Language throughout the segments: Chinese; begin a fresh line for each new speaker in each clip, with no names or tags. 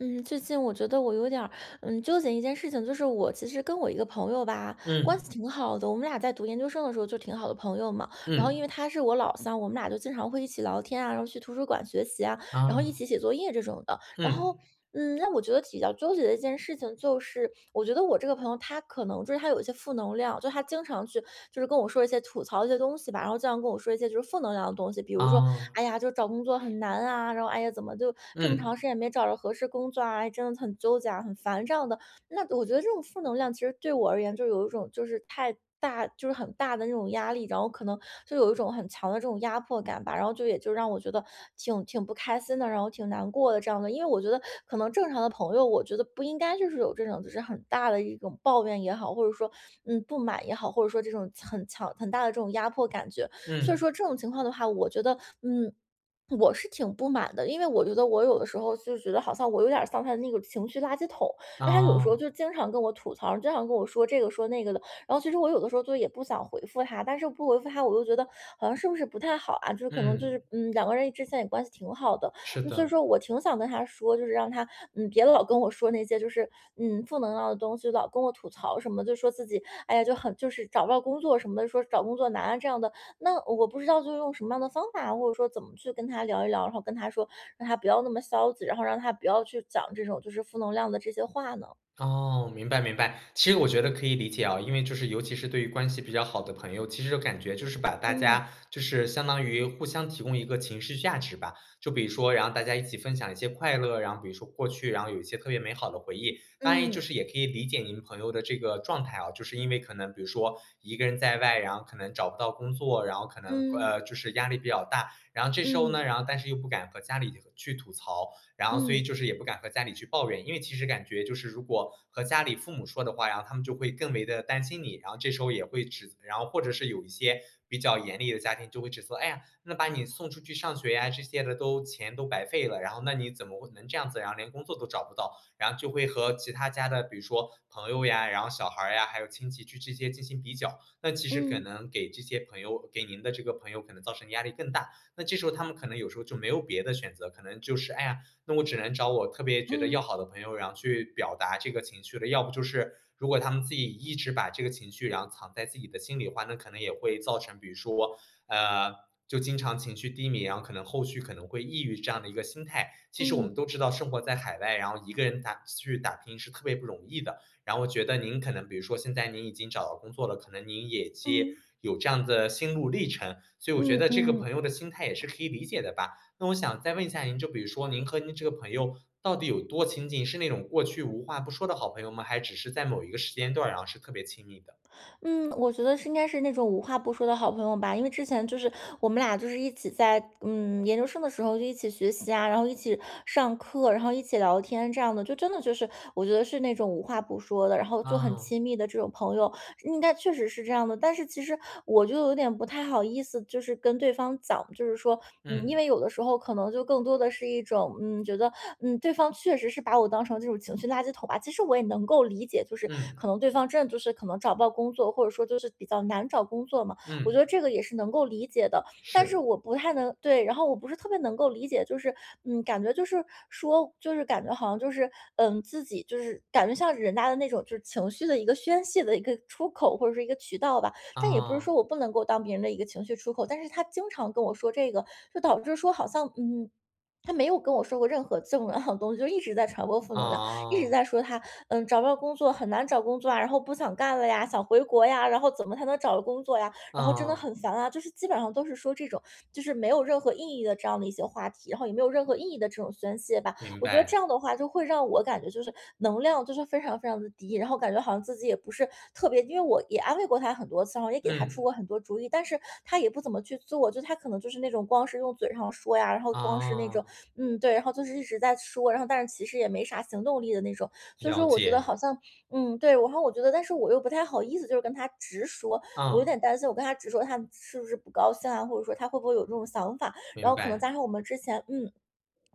嗯，最近我觉得我有点儿纠结一件事情，就是我其实跟我一个朋友吧，关系
嗯
挺好的，我们俩在读研究生的时候就挺好的朋友嘛。然后因
嗯
为他是我老乡，我们俩就经常会一起聊天啊，然后去图书馆学习啊，
哦，
然后一
啊
起写作业这种的。然后
嗯
那我觉得比较纠结的一件事情就是，我觉得我这个朋友他可能就是他有一些负能量，就他经常去就是跟我说一些吐槽一些东西吧，然后经常跟我说一些就是负能量的东西，比如说，
哦，啊
哎呀，就找工作很难啊，然后哎呀，怎么就这么长
嗯
时间也没找着合适工作啊，哎真的很纠结啊，很烦这样的。那我觉得这种负能量其实对我而言，就有一种就是太大，就是很大的那种压力，然后可能就有一种很强的这种压迫感吧，然后就也就让我觉得挺不开心的，然后挺难过的这样的。因为我觉得可能正常的朋友，我觉得不应该就是有这种就是很大的一种抱怨也好，或者说不满也好，或者说这种很强很大的这种压迫感觉。所以
嗯
说这种情况的话，我觉得嗯。我是挺不满的，因为我觉得我有的时候就觉得好像我有点儿像他的那个情绪垃圾桶，
哦，
那他有时候
啊
就经常跟我吐槽，经常跟我说这个说那个的。然后其实我有的时候就也不想回复他，但是不回复他，我又觉得好像是不是不太好啊？就是可能就
嗯，
是两个人之前也关系挺好的，
是
所以
的。
说我挺想跟他说，就是让他别老跟我说那些就是负能量的东西，老跟我吐槽什么，就说自己哎呀就很就是找不到工作什么的，说找工作难啊这样的。那我不知道就是用什么样的方法，或者说怎么去跟他聊一聊，然后跟他说，让他不要那么消极，然后让他不要去讲这种就是负能量的这些话呢？
哦，明白明白。其实我觉得可以理解啊，因为就是尤其是对于关系比较好的朋友，其实就感觉就是把大家
嗯
就是相当于互相提供一个情绪价值吧。就比如说，然后大家一起分享一些快乐，然后比如说过去，然后有一些特别美好的回忆。当然，就
嗯
是也可以理解您朋友的这个状态啊，就是因为可能比如说一个人在外，然后可能找不到工作，然后可能呃
嗯
就是压力比较大，然后这时候呢，
嗯
然后但是又不敢和家里去吐槽，然后所以
嗯
就是也不敢和家里去抱怨，因为其实感觉就是如果和家里父母说的话，然后他们就会更为的担心你，然后这时候也会然后或者是有一些比较严厉的家庭就会指责，哎呀，那把你送出去上学呀这些的都钱都白费了，然后那你怎么能这样子，然后连工作都找不到，然后就会和其他家的比如说朋友呀，然后小孩呀，还有亲戚去这些进行比较，那其实可
嗯
能给这些朋友给您的这个朋友可能造成压力更大，那这时候他们可能有时候就没有别的选择，可能就是哎呀。那我只能找我特别觉得
嗯
要好
嗯
的朋友，然后去表达这个情绪了。要不就是如果他们自己一直把这个情绪，然后藏在自己的心里的话，那可能也会造成，比如说，呃，就经常情绪低迷，然后可能后续可能会抑郁这样的一个心态。其实我们
嗯
都知道，生活在海外，然后一个人打拼是特别不容易的。然后我觉得您可能，比如说现在您已经找到工作了，可能您也接
嗯
有这样的心路历程，所以我觉
嗯嗯
得这个朋
嗯。
友的心态也是可以理解的吧。那我想再问一下您，就比如说您和您这个朋友到底有多亲近？是那种过去无话不说的好朋友吗？还只是在某一个时间段儿然后是特别亲密的？
嗯，我觉得是应该是那种无话不说的好朋友吧，因为之前就是我们俩就是一起在研究生的时候就一起学习啊，然后一起上课，然后一起聊天这样的，就真的就是我觉得是那种无话不说的，然后就很
啊，
亲密的这种朋友。应该确实是这样的。但是其实我就有点不太好意思，就是跟对方讲，就是说，因
嗯，
为有的时候可能就更多的是一种，觉得，对方确实是把我当成这种情绪垃圾桶吧。其实我也能够理解，就是
嗯，
可能对方真的就是可能找不到工作，或者说就是比较难找工作嘛，我觉
嗯，
得这个也是能够理解的。但是
是，
我不太能对，然后我不是特别能够理解，就是，感觉就是说，就是感觉好像就是，自己就是感觉像人家的那种，就是情绪的一个宣泄的一个出口或者是一个渠道吧。但也不是
啊，
说我不能够当别人的一个情绪出口，但是他经常跟我说这个，就导致说好像，他没有跟我说过任何正能量的东西，就一直在传播负能量，一直
啊
在说他，找不到工作，很难找工作啊，然后不想干了呀，想回国呀，然后怎么才能找到工作呀？然后真的
啊，
很烦啊，就是基本上都是说这种就是没有任何意义的这样的一些话题，然后也没有任何意义的这种宣泄吧。
明
我觉得
白，
这样的话就会让我感觉就是能量就是非常非常的低，然后感觉好像自己也不是特别，因为我也安慰过他很多次，然后也给他出
嗯，
过很多主意，但是他也不怎么去做，就他可能就是那种光是用嘴上说呀，然后光是那
啊，
种对，然后就是一直在说，然后但是其实也没啥行动力的那种，所以
了
说我觉得
解，
好像对，然后我觉得但是我又不太好意思就是跟他直说，我有
嗯，
点担心，我跟他直说他是不是不高兴啊，或者说他会不会有这种想法，然
明
后可能
白，
加上我们之前，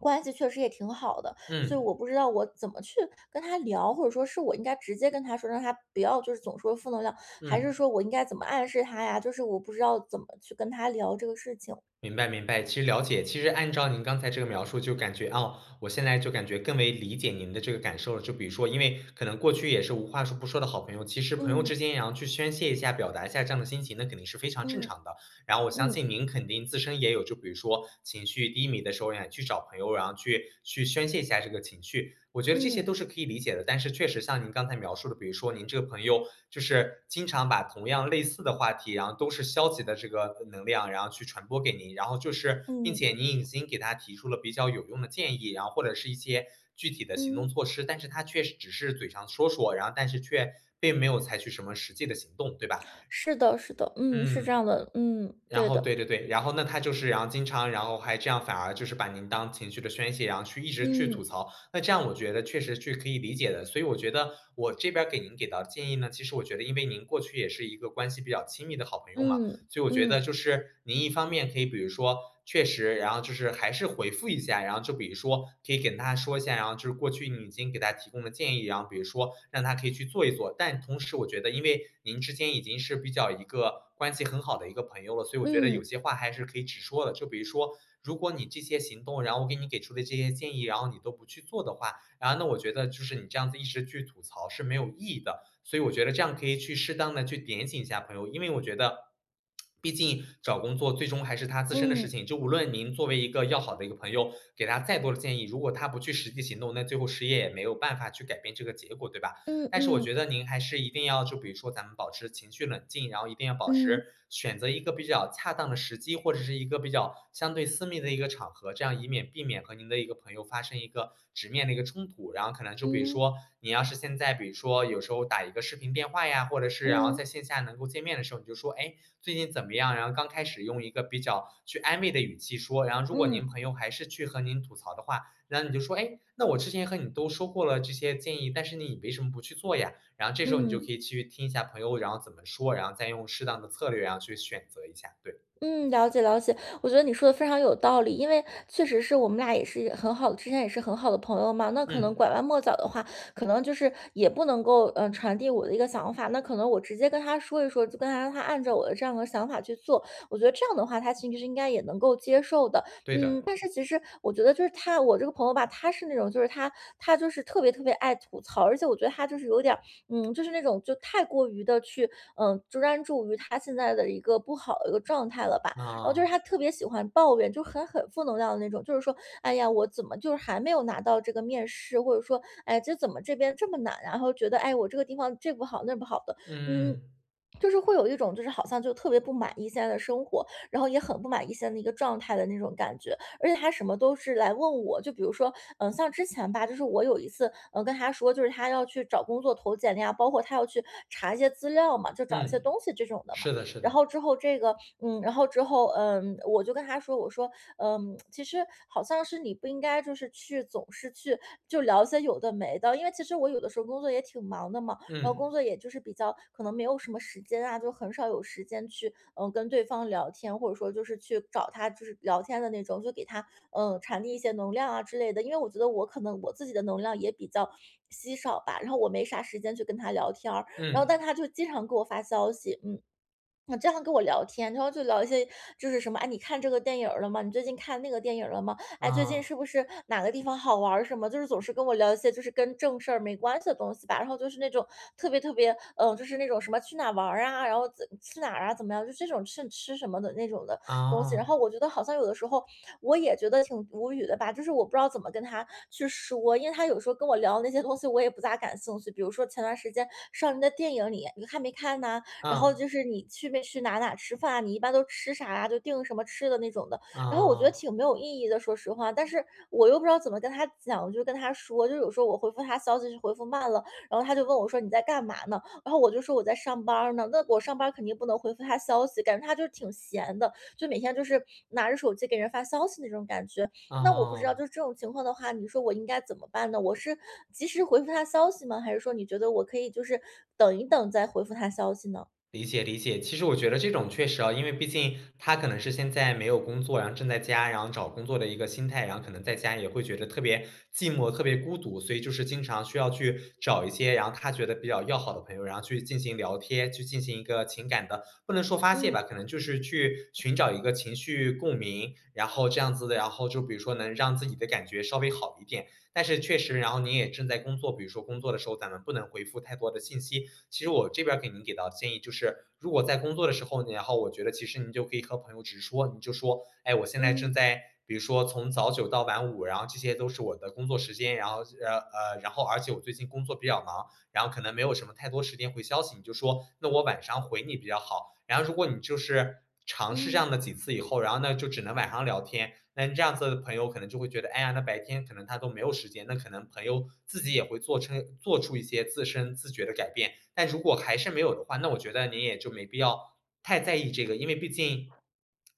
关系确实也挺好的，所以
嗯，
我不知道我怎么去跟他聊，或者说是我应该直接跟他说，让他不要就是总说负能量，还是
嗯。
说我应该怎么暗示他呀？就是我不知道怎么去跟他聊这个事情。
明白明白，其实了解，其实按照您刚才这个描述，就感觉哦，我现在就感觉更为理解您的这个感受了。就比如说，因为可能过去也是无话说不说的好朋友，其实朋友
嗯
之间也要去宣泄一下、表达一下这样的心情，那肯定是非常正
嗯
常的。然后我相
嗯
信您肯定自身也有，就比如说情绪低迷的时候，呀，去找朋友，然后去宣泄一下这个情绪。我觉得这些
嗯
都是可以理解的，但是确实像您刚才描述的，比如说您这个朋友就是经常把同样类似的话题，然后都是消极的这个能量，然后去传播给您，然后就是并且
嗯
您已经给他提出了比较有用的建议，然后或者是一些具体的行动
嗯，
措施，但是他确实只是嘴上说说，然后但是却并没有采取什么实际的行动，对吧？
是的，是的，嗯，是这
嗯。
样的，嗯，
然
对
后
的，
对对对，然后那他就是然后经常然后还这样反而就是把您当情绪的宣泄，然后去一直去吐
嗯
槽，那这样我觉得确实是可以理解的。所以我觉得我这边儿给您给到建议呢，其实我觉得因为您过去也是一个关系比较亲密的好朋友嘛，
嗯
所以我觉得
嗯
就是您一方面可以，比如说确实，然后就是还是回复一下，然后就比如说可以跟他说一下，然后就是过去你已经给他提供的建议，然后比如说让他可以去做一做。但同时，我觉得因为您之间已经是比较一个关系很好的一个朋友了，所以我觉得有
嗯
些话还是可以直说的。就比如说，如果你这些行动，然后我给你给出的这些建议，然后你都不去做的话，然后那我觉得就是你这样子一直去吐槽是没有意义的。所以我觉得这样可以去适当的去点醒一下朋友，因为我觉得。毕竟找工作最终还是他自身的事
嗯
情，就无论您作为一个要好的一个朋友，给他再多的建议，如果他不去实际行动，那最后失业也没有办法去改变这个结果，对吧？
嗯嗯
但是我觉
嗯。
得您还是一定要，就比如说咱们保持情绪冷静，然后一定要保持
嗯
选择一个比较恰当的时机，或者是一个比较相对私密的一个场合，这样以免避免和您的一个朋友发生一个直面的一个冲突。然后可能就比如
嗯
说，你要是现在比如说有时候打一个视频电话呀，或者是然后
嗯
在线下能够见面的时候，你就说，哎，最近怎么样？然后刚开始用一个比较去安慰的语气说，然后如果您
嗯
朋友还是去和您吐槽的话，然后你就说："哎，那我之前和你都说过了这些建议，但是你为什么不去做呀？"然后这时候你就可
嗯
以去听一下朋友，然后怎么说，然后再用适当的策略，然后去选择一下。对，
嗯，了解了解。我觉得你说的非常有道理，因为确实是我们俩也是很好的，之前也是很好的朋友嘛。那可能
嗯，
拐弯抹角的话，可能就是也不能够传递我的一个想法。那可能我直接跟他说一说，就跟他让他按照我的这样的想法去做。我觉得这样的话，他其实应该也能够接受的。
对的，
但是其实我觉得就是他，我这个朋友吧，他是那种就是他就是特别特别爱吐槽，而且我觉得他就是有点儿就是那种就太过于的去。专注于他现在的一个不好的一个状态了吧。然后就是
啊，
他特别喜欢抱怨，就很负能量的那种，就是说，哎呀，我怎么就是还没有拿到这个面试，或者说，哎，这怎么这边这么难啊然后觉得，哎，我这个地方这不好那不好的，嗯，
嗯，
就是会有一种就是好像就特别不满意现在的生活，然后也很不满意现在的一个状态的那种感觉。而且他什么都是来问我，就比如说，像之前吧，就是我有一次，跟他说，就是他要去找工作投简历啊，包括他要去查一些资料嘛，就找一些
嗯，
东西这种的嘛。
是的，是
然
的，
后之后这个，然后之后，我就跟他说，我说，其实好像是你不应该就是去总是去就聊一些有的没的，因为其实我有的时候工作也挺忙的嘛。然后工
嗯，
作也就是比较可能没有什么时间啊，就很少有时间去跟对方聊天，或者说就是去找他就是聊天的那种，就给他传递一些能量啊之类的。因为我觉得我可能我自己的能量也比较稀少吧，然后我没啥时间去跟他聊天儿，然后
嗯，
但他就经常给我发消息。我经常跟我聊天，然后就聊一些就是什么，哎，你看这个电影儿了吗？你最近看那个电影儿了吗？哎，最近
啊，
是不是哪个地方好玩儿什么？就是总是跟我聊一些就是跟正事儿没关系的东西吧。然后就是那种特别特别，就是那种什么去哪玩儿啊，然后怎去哪儿啊，怎么样，就这种吃吃什么的那种的东西。然
啊，
后我觉得好像有的时候我也觉得挺无语的吧，就是我不知道怎么跟他去说，因为他有时候跟我聊的那些东西我也不咋感兴趣。比如说前段时间上映的电影你看没看呐、然后
啊，
就是你去没去哪哪吃饭啊，你一般都吃啥呀，就订什么吃的那种的。然后我觉得
啊，
挺没有意义的，说实话，但是我又不知道怎么跟他讲，我就跟他说，就有时候我回复他消息是回复慢了，然后他就问我说你在干嘛呢？然后我就说我在上班儿呢，那我上班儿肯定不能回复他消息，感觉他就是挺闲的，就每天就是拿着手机给人发消息那种感觉。那我不知道，就是
啊。
这种情况的话，你说我应该怎么办呢？我是及时回复他消息吗？还是说你觉得我可以就是等一等再回复他消息呢？
理解理解，其实我觉得这种确实啊，因为毕竟他可能是现在没有工作，然后正在家，然后找工作的一个心态，然后可能在家也会觉得特别寂寞、特别孤独，所以就是经常需要去找一些，然后他觉得比较要好的朋友，然后去进行聊天，去进行一个情感的，不能说发泄
嗯
吧，可能就是去寻找一个情绪共鸣，然后这样子的，然后就比如说能让自己的感觉稍微好一点。但是确实，然后你也正在工作，比如说工作的时候，咱们不能回复太多的信息，其实我这边给您给到建议就是，如果在工作的时候，然后我觉得其实您就可以和朋友直说，你就说，哎，我现在正
嗯
在。比如说从早9到晚5，然后这些都是我的工作时间，然后然后而且我最近工作比较忙，然后可能没有什么太多时间回消息，你就说那我晚上回你比较好。然后如果你就是尝试这
嗯
样的几次以后，然后呢就只能晚上聊天，那你这样子的朋友可能就会觉得，哎呀，那白天可能他都没有时间，那可能朋友自己也会做出一些自身自觉的改变。但如果还是没有的话，那我觉得你也就没必要太在意这个，因为毕竟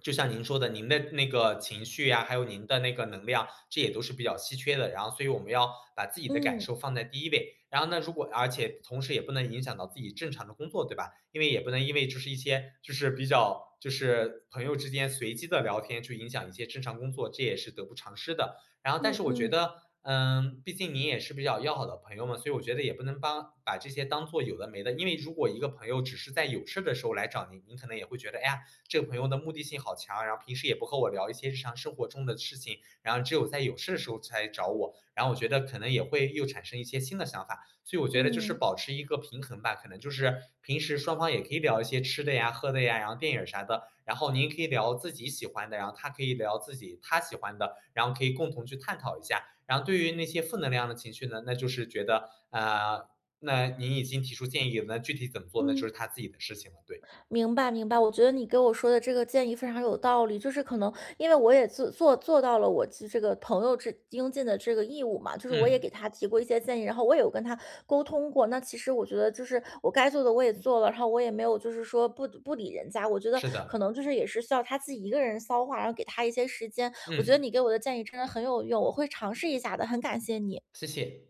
就像您说的，您的那个情绪呀，还有您的那个能量，这也都是比较稀缺的。然后，所以我们要把自己的感
嗯
受放在第一位。然后呢，如果而且同时也不能影响到自己正常的工作，对吧？因为也不能因为就是一些就是比较就是朋友之间随机的聊天，去影响一些正常工作，这也是得不偿失的。然后，但
嗯
是我觉
嗯
得，嗯，毕竟您也是比较要好的朋友嘛，所以我觉得也不能帮把这些当做有的没的。因为如果一个朋友只是在有事的时候来找您，您可能也会觉得，哎呀。这个朋友的目的性好强，然后平时也不和我聊一些日常生活中的事情，然后只有在有事的时候才找我，然后我觉得可能也会又产生一些新的想法，所以我觉得就是
嗯
保持一个平衡吧，可能就是平时双方也可以聊一些吃的呀、喝的呀，然后电影啥的，然后您可以聊自己喜欢的，然后他可以聊自己他喜欢的，然后可以共同去探讨一下。然后对于那些负能量的情绪呢，那就是觉得那您已经提出建议了，那具体怎么做那就是
嗯，
他自己的事情了。对，
明白明白。我觉得你给我说的这个建议非常有道理，就是可能因为我也做到了我这个朋友这应尽的这个义务嘛，就是我也
嗯，
给他提过一些建议，然后我也有跟他沟通过。那其实我觉得就是我该做的我也做了，然后我也没有就是说不理人家。我觉得
是的。
可能就是也是需要他自己一个人消化，然后给他一些时间。我觉得
嗯，
你给我的建议真的很有用，我会尝试一下的，很感谢你。
谢谢。